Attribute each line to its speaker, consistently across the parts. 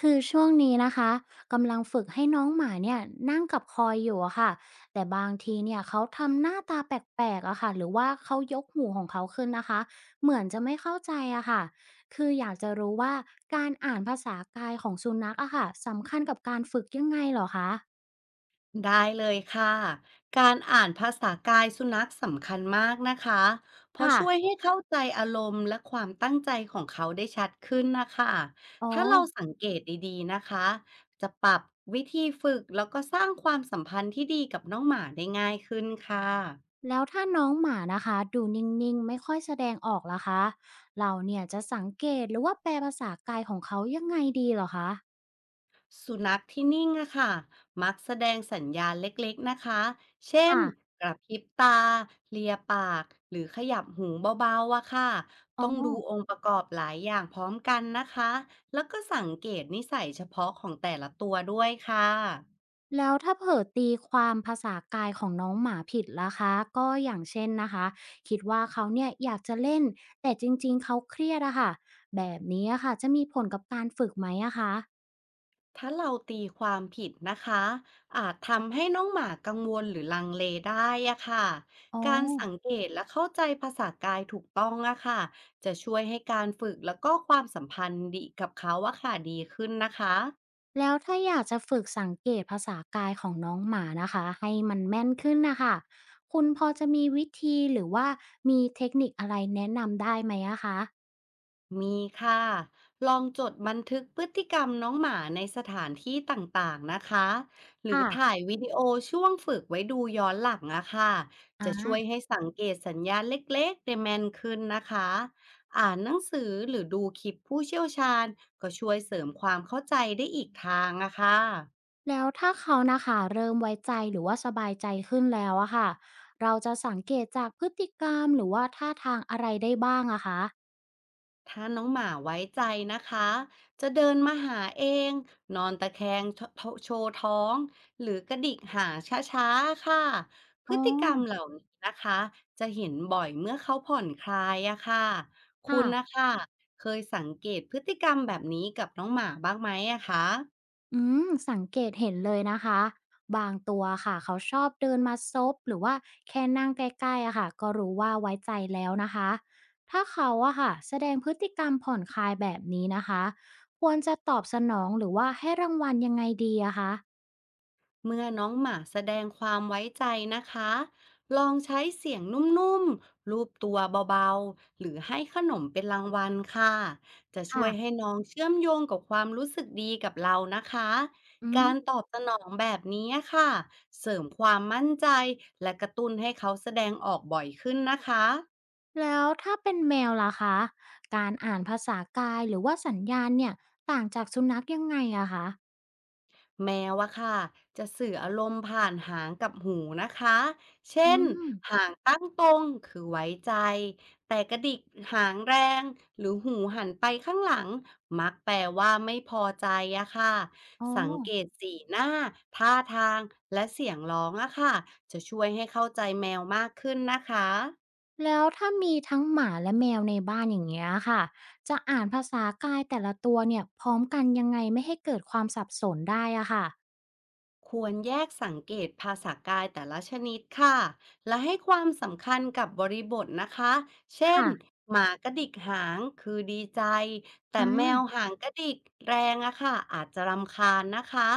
Speaker 1: คือช่วงนี้นะคะกำลังฝึกให้น้องหมาเนี่ยนั่งกับคอยอยู่อะค่ะแต่บางทีเนี่ยเขาทำหน้าตาแปลกๆอะค่ะหรือว่าเขายกหูของเขาขึ้นนะคะเหมือนจะไม่เข้าใจอะค่ะคืออยากจะรู้ว่าการอ่านภาษากายของสุนัขอะค่ะสำคัญกับการฝึกยังไงเหรอคะ
Speaker 2: ได้เลยค่ะ การอ่านภาษากายสุนัขสำคัญมากนะคะเพราะ
Speaker 1: ค่ะ
Speaker 2: ช่วยให้เข้าใจอารมณ์และความตั้งใจของเขาได้ชัดขึ้นนะคะ
Speaker 1: อ๋อ
Speaker 2: ถ้าเราสังเกตดีๆนะคะจะปรับวิธีฝึกแล้วก็สร้างความสัมพันธ์ที่ดีกับน้องหมาได้ง่ายขึ้นค่ะ
Speaker 1: แล้วถ้าน้องหมานะคะดูนิ่งๆไม่ค่อยแสดงออกล่ะคะเราเนี่ยจะสังเกตหรือว่าแปลภาษากายของเขายังไงดีเหรอคะ
Speaker 2: สุนัขที่นิ่งอะค่ะมักแสดงสัญญาณเล็กๆนะคะ เช่น
Speaker 1: ค่ะ
Speaker 2: กระพริบตาเลียปาก หรือขยับหูเบาๆอะค่ะ
Speaker 1: อ๋อ
Speaker 2: ต้องดูองค์ประกอบหลายอย่างพร้อมกันนะคะ แล้วก็สังเกตนิสัยเฉพาะของแต่ละตัวด้วยค่ะ
Speaker 1: แล้วถ้าเผลอตีความภาษากายของน้องหมาผิดล่ะคะก็อย่างเช่นนะคะคิดว่าเขาเนี่ยอยากจะเล่นแต่จริงๆเขาเครียดอะค่ะแบบนี้อะค่ะจะมีผลกับการฝึกไหมอะคะ
Speaker 2: ถ้าเราตีความผิดนะคะอาจทำให้น้องหมากังวลหรือลังเลได้อะค่ะ
Speaker 1: อ๋อ
Speaker 2: การสังเกตและเข้าใจภาษากายถูกต้องอะค่ะจะช่วยให้การฝึกแล้วก็ความสัมพันธ์ดีกับเขาอะค่ะดีขึ้นนะคะ
Speaker 1: แล้วถ้าอยากจะฝึกสังเกตภาษากายของน้องหมานะคะให้มันแม่นขึ้นนะคะคุณพอจะมีวิธีหรือว่ามีเทคนิคอะไรแนะนำได้ไหมอะคะ
Speaker 2: มีค่ะ ลองจดบันทึกพฤติกรรมน้องหมาในสถานที่ต่างๆนะคะ หรือ
Speaker 1: ค่ะ
Speaker 2: ถ่ายวิดีโอช่วงฝึกไว้ดูย้อนหลังอะค่ะจะ
Speaker 1: อา
Speaker 2: ช่วยให้สังเกตสัญญาณเล็กๆได้แม่นขึ้นนะคะ อ่านหนังสือหรือดูคลิปผู้เชี่ยวชาญก็ช่วยเสริมความเข้าใจได้อีกทางอะค่ะ
Speaker 1: แล้วถ้าเขานะคะเริ่มไว้ใจหรือว่าสบายใจขึ้นแล้วอะค่ะเราจะสังเกตจากพฤติกรรมหรือว่าท่าทางอะไรได้บ้างอะคะ
Speaker 2: ถ้าน้องหมาไว้ใจนะคะ จะเดินมาหาเอง นอนตะแคงโชโชว์ท้อง หรือกระดิกหางช้าๆ ค่ะ พฤ
Speaker 1: อ๋อ
Speaker 2: ติกรรมเหล่านี้นะคะ จะเห็นบ่อยเมื่อเขาผ่อนคลายอะค่ะคุ
Speaker 1: ค่ะ
Speaker 2: ณนะคะ เคยสังเกตพฤติกรรมแบบนี้กับน้องหมาบ้างไหมอะคะ
Speaker 1: อืมสังเกตเห็นเลยนะคะบางตัวค่ะเขาชอบเดินมาซบหรือว่าแค่นั่งใกล้ๆอะค่ะก็รู้ว่าไว้ใจแล้วนะคะถ้าเขาอะค่ะแสดงพฤติกรรมผ่อนคลายแบบนี้นะคะควรจะตอบสนองหรือว่าให้รางวัลยังไงดีอะคะ
Speaker 2: เมื่อน้องหมาแสดงความไว้ใจนะคะ ลองใช้เสียงนุ่มๆลูบตัวเบาๆ หรือให้ขนมเป็นรางวัลค่ะ จะช่วยให้
Speaker 1: ค่ะ
Speaker 2: น้องเชื่อมโยงกับความรู้สึกดีกับเรานะคะ
Speaker 1: อื
Speaker 2: การ
Speaker 1: ม
Speaker 2: ตอบสนองแบบนี้ค่ะ เสริมความมั่นใจและกระตุ้นให้เขาแสดงออกบ่อยขึ้นนะคะ
Speaker 1: แล้วถ้าเป็นแมวล่ะคะการอ่านภาษากายหรือว่าสัญญาณเนี่ยต่างจากสุนัขยังไงอะคะ
Speaker 2: แมวอะค่ะจะสื่ออารมณ์ผ่านหางกับหูนะคะ เช่
Speaker 1: อื
Speaker 2: น
Speaker 1: ม
Speaker 2: หางตั้งตรงคือไว้ใจ แต่กระดิกหางแรงหรือหูหันไปข้างหลังมักแปลว่าไม่พอใจอะค่ะ
Speaker 1: อ๋อ
Speaker 2: สังเกตสีหน้าท่าทางและเสียงร้องอะค่ะจะช่วยให้เข้าใจแมวมากขึ้นนะคะ
Speaker 1: แล้วถ้ามีทั้งหมาและแมวในบ้านอย่างเงี้ยค่ะจะอ่านภาษากายแต่ละตัวเนี่ยพร้อมกันยังไงไม่ให้เกิดความสับสนได้อะค่ะ
Speaker 2: ควรแยกสังเกตภาษากายแต่ละชนิดค่ะ และให้ความสำคัญกับบริบทนะคะ เช่น
Speaker 1: ค่ะ
Speaker 2: หมากระดิกหางคือดีใจแต่
Speaker 1: อา
Speaker 2: แมวหางกระดิกแรงอะค่ะอาจจะรำคาญนะคะ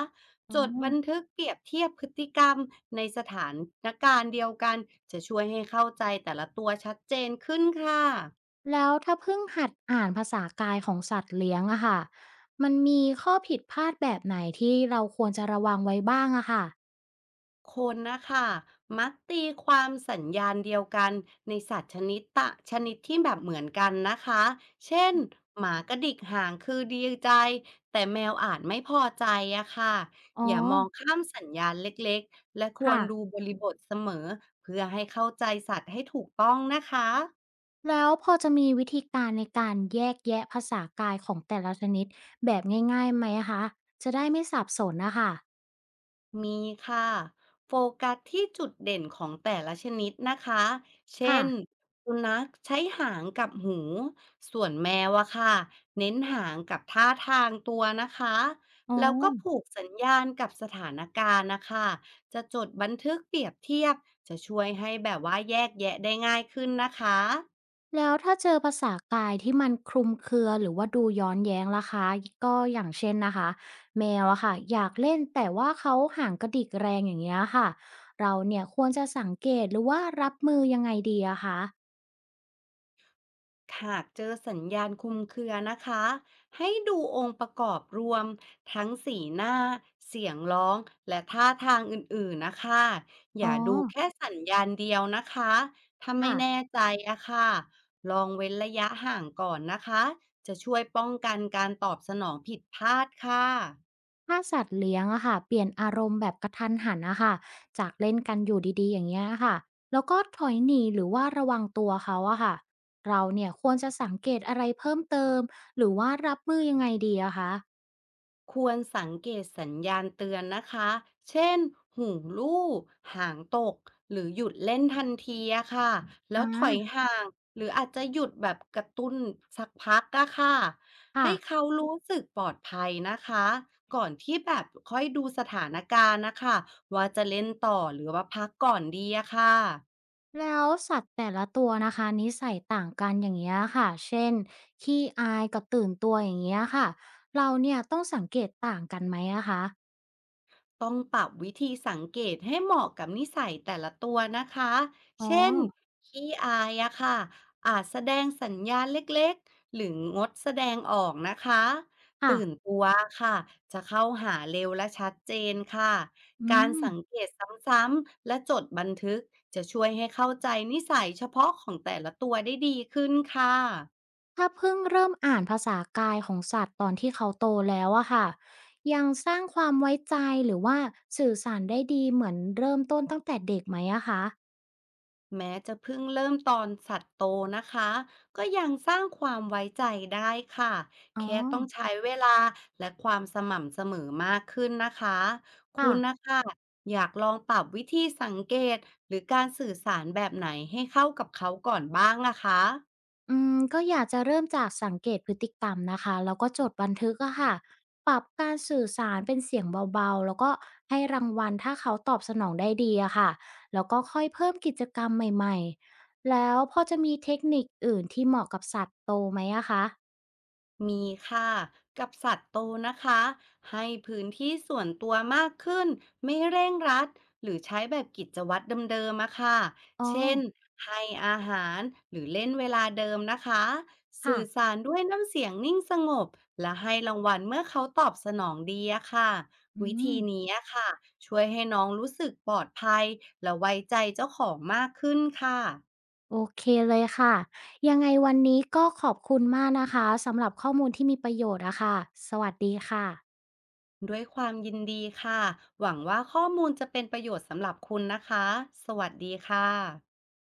Speaker 1: อ๋
Speaker 2: จ
Speaker 1: อ
Speaker 2: ดบันทึกเปรียบเทียบพฤติกรรมในสถานการณ์เดียวกันจะช่วยให้เข้าใจแต่ละตัวชัดเจนขึ้นค่ะ
Speaker 1: แล้วถ้าเพิ่งหัดอ่านภาษากายของสัตว์เลี้ยงอะค่ะมันมีข้อผิดพลาดแบบไหนที่เราควรจะระวังไว้บ้างอะค่ะ
Speaker 2: คนนะคะมักตีความสัญญาณเดียวกันในสัตว์ชนิดตะชนิดที่แบบเหมือนกันนะคะเช่นหมากระดิกหางคือดีใจแต่แมวอาจไม่พอใจอะค่ะ
Speaker 1: อ๋อ
Speaker 2: อย่ามองข้ามสัญญาณเล็กๆและคว
Speaker 1: ค่ะ
Speaker 2: รดูบริบทเสมอเพื่อให้เข้าใจสัตว์ให้ถูกต้องนะคะ
Speaker 1: แล้วพอจะมีวิธีการในการแยกแยะภาษากายของแต่ละชนิดแบบง่ายๆไหมคะจะได้ไม่สับสนนะคะ
Speaker 2: มีค่ะโฟกัสที่จุดเด่นของแต่ละชนิดนะคะเช่น
Speaker 1: ค่ะ
Speaker 2: สุนัขใช้หางกับหูส่วนแมวอะค่ะเน้นหางกับท่าทางตัวนะคะ
Speaker 1: อ๋อ
Speaker 2: แล้วก็ผูกสัญญาณกับสถานการณ์นะคะจะจดบันทึกเปรียบเทียบจะช่วยให้แบบว่าแยกแยะได้ง่ายขึ้นนะคะ
Speaker 1: แล้วถ้าเจอภาษากายที่มันคลุมเครือหรือว่าดูย้อนแย้งล่ะคะก็อย่างเช่นนะคะแมวอะค่ะอยากเล่นแต่ว่าเขาห่างกระดิกแรงอย่างเงี้ยค่ะเราเนี่ยควรจะสังเกตหรือว่ารับมือยังไงดีอะคะ
Speaker 2: หากเจอสัญญาณคลุมเครือนะคะให้ดูองค์ประกอบรวมทั้งสีหน้าเสียงร้องและท่าทางอื่นๆนะคะอ
Speaker 1: อ๋อ
Speaker 2: ย่าดูแค่สัญญาณเดียวนะคะถ้าไม่
Speaker 1: ค่ะ
Speaker 2: แน่ใจอะค่ะลองเว้นระยะห่างก่อนนะคะจะช่วยป้องกันการตอบสนองผิดพลาดค่ะ
Speaker 1: ถ้าสัตว์เลี้ยงอะค่ะเปลี่ยนอารมณ์แบบกระทันหันอะค่ะจากเล่นกันอยู่ดีๆอย่างเงี้ยค่ะแล้วก็ถอยหนีหรือว่าระวังตัวเขาอะค่ะเราเนี่ยควรจะสังเกตอะไรเพิ่มเติมหรือว่ารับมือยังไงดีอะคะ
Speaker 2: ควรสังเกตสัญญาณเตือนนะคะ เช่นหูลู่หางตกหรือหยุดเล่นทันทีอะค่ะแล้
Speaker 1: อ่
Speaker 2: วถอย
Speaker 1: า
Speaker 2: ห่างหรืออาจจะหยุดแบบกระตุ้นสักพักอะค่ะ
Speaker 1: ค่ะ
Speaker 2: ให้เขารู้สึกปลอดภัยนะคะก่อนที่แบบค่อยดูสถานการณ์นะคะว่าจะเล่นต่อหรือว่าพักก่อนดีอะค่ะ
Speaker 1: แล้วสัตว์แต่ละตัวนะคะนิสัยต่างกันอย่างเงี้ยค่ะเช่นขี้อายกับตื่นตัวอย่างเงี้ยค่ะเราเนี่ยต้องสังเกตต่างกันไหมอะคะ
Speaker 2: ต้องปรับวิธีสังเกตให้เหมาะกับนิสัยแต่ละตัวนะคะ
Speaker 1: อ๋อ
Speaker 2: เช่นขี้อายอะค่ะอาจแสดงสัญญาณเล็กๆ หรืองดแสดงออกนะคะ
Speaker 1: ค่ะ
Speaker 2: ตื่นตัวค่ะ จะเข้าหาเร็วและชัดเจนค่ะ
Speaker 1: อื
Speaker 2: การ
Speaker 1: ม
Speaker 2: สังเกตซ้ำๆ และจดบันทึกจะช่วยให้เข้าใจนิสัยเฉพาะของแต่ละตัวได้ดีขึ้นค่ะ
Speaker 1: ถ้าเพิ่งเริ่มอ่านภาษากายของสัตว์ตอนที่เขาโตแล้วอะค่ะ ยังสร้างความไว้ใจหรือว่าสื่อสารได้ดีเหมือนเริ่มต้นตั้งแต่เด็กไหมอะคะ
Speaker 2: แม้จะเพิ่งเริ่มตอนสัตว์โตนะคะก็ยังสร้างความไว้ใจได้ค่ะ
Speaker 1: อ๋อ
Speaker 2: แค่ต้องใช้เวลาและความสม่ำเสมอมากขึ้นนะคะคุ
Speaker 1: ค่ะ
Speaker 2: ณนะคะอยากลองปรับวิธีสังเกตหรือการสื่อสารแบบไหนให้เข้ากับเขาก่อนบ้างนะคะ
Speaker 1: อืมก็อยากจะเริ่มจากสังเกตพฤติกรรมนะคะ แล้วก็จดบันทึกอะค่ะปรับการสื่อสารเป็นเสียงเบาๆ แล้วก็ให้รางวัลถ้าเขาตอบสนองได้ดีอะค่ะ แล้วก็ค่อยเพิ่มกิจกรรมใหม่ๆแล้วพอจะมีเทคนิคอื่นที่เหมาะกับสัตว์โตไหมอะคะ
Speaker 2: มีค่ะกับสัตว์โตนะคะให้พื้นที่ส่วนตัวมากขึ้นไม่เร่งรัดหรือใช้แบบกิจวัตรเดิมๆอะค่ะ
Speaker 1: อ๋อ
Speaker 2: เช่นให้อาหารหรือเล่นเวลาเดิมนะคะ
Speaker 1: ค่ะ
Speaker 2: สื่อสารด้วยน้ำเสียงนิ่งสงบและให้รางวัลเมื่อเขาตอบสนองดีอะค่ะ
Speaker 1: อื
Speaker 2: วิธี
Speaker 1: ม
Speaker 2: นี้อะค่ะช่วยให้น้องรู้สึกปลอดภัยและไว้ใจเจ้าของมากขึ้นค่ะ
Speaker 1: โอเคเลยค่ะยังไงวันนี้ก็ขอบคุณมากนะคะสำหรับข้อมูลที่มีประโยชน์อะค่ะสวัสดีค่ะ
Speaker 2: ด้วยความยินดีค่ะ หวังว่าข้อมูลจะเป็นประโยชน์สำหรับคุณนะคะ สวัสดีค่ะ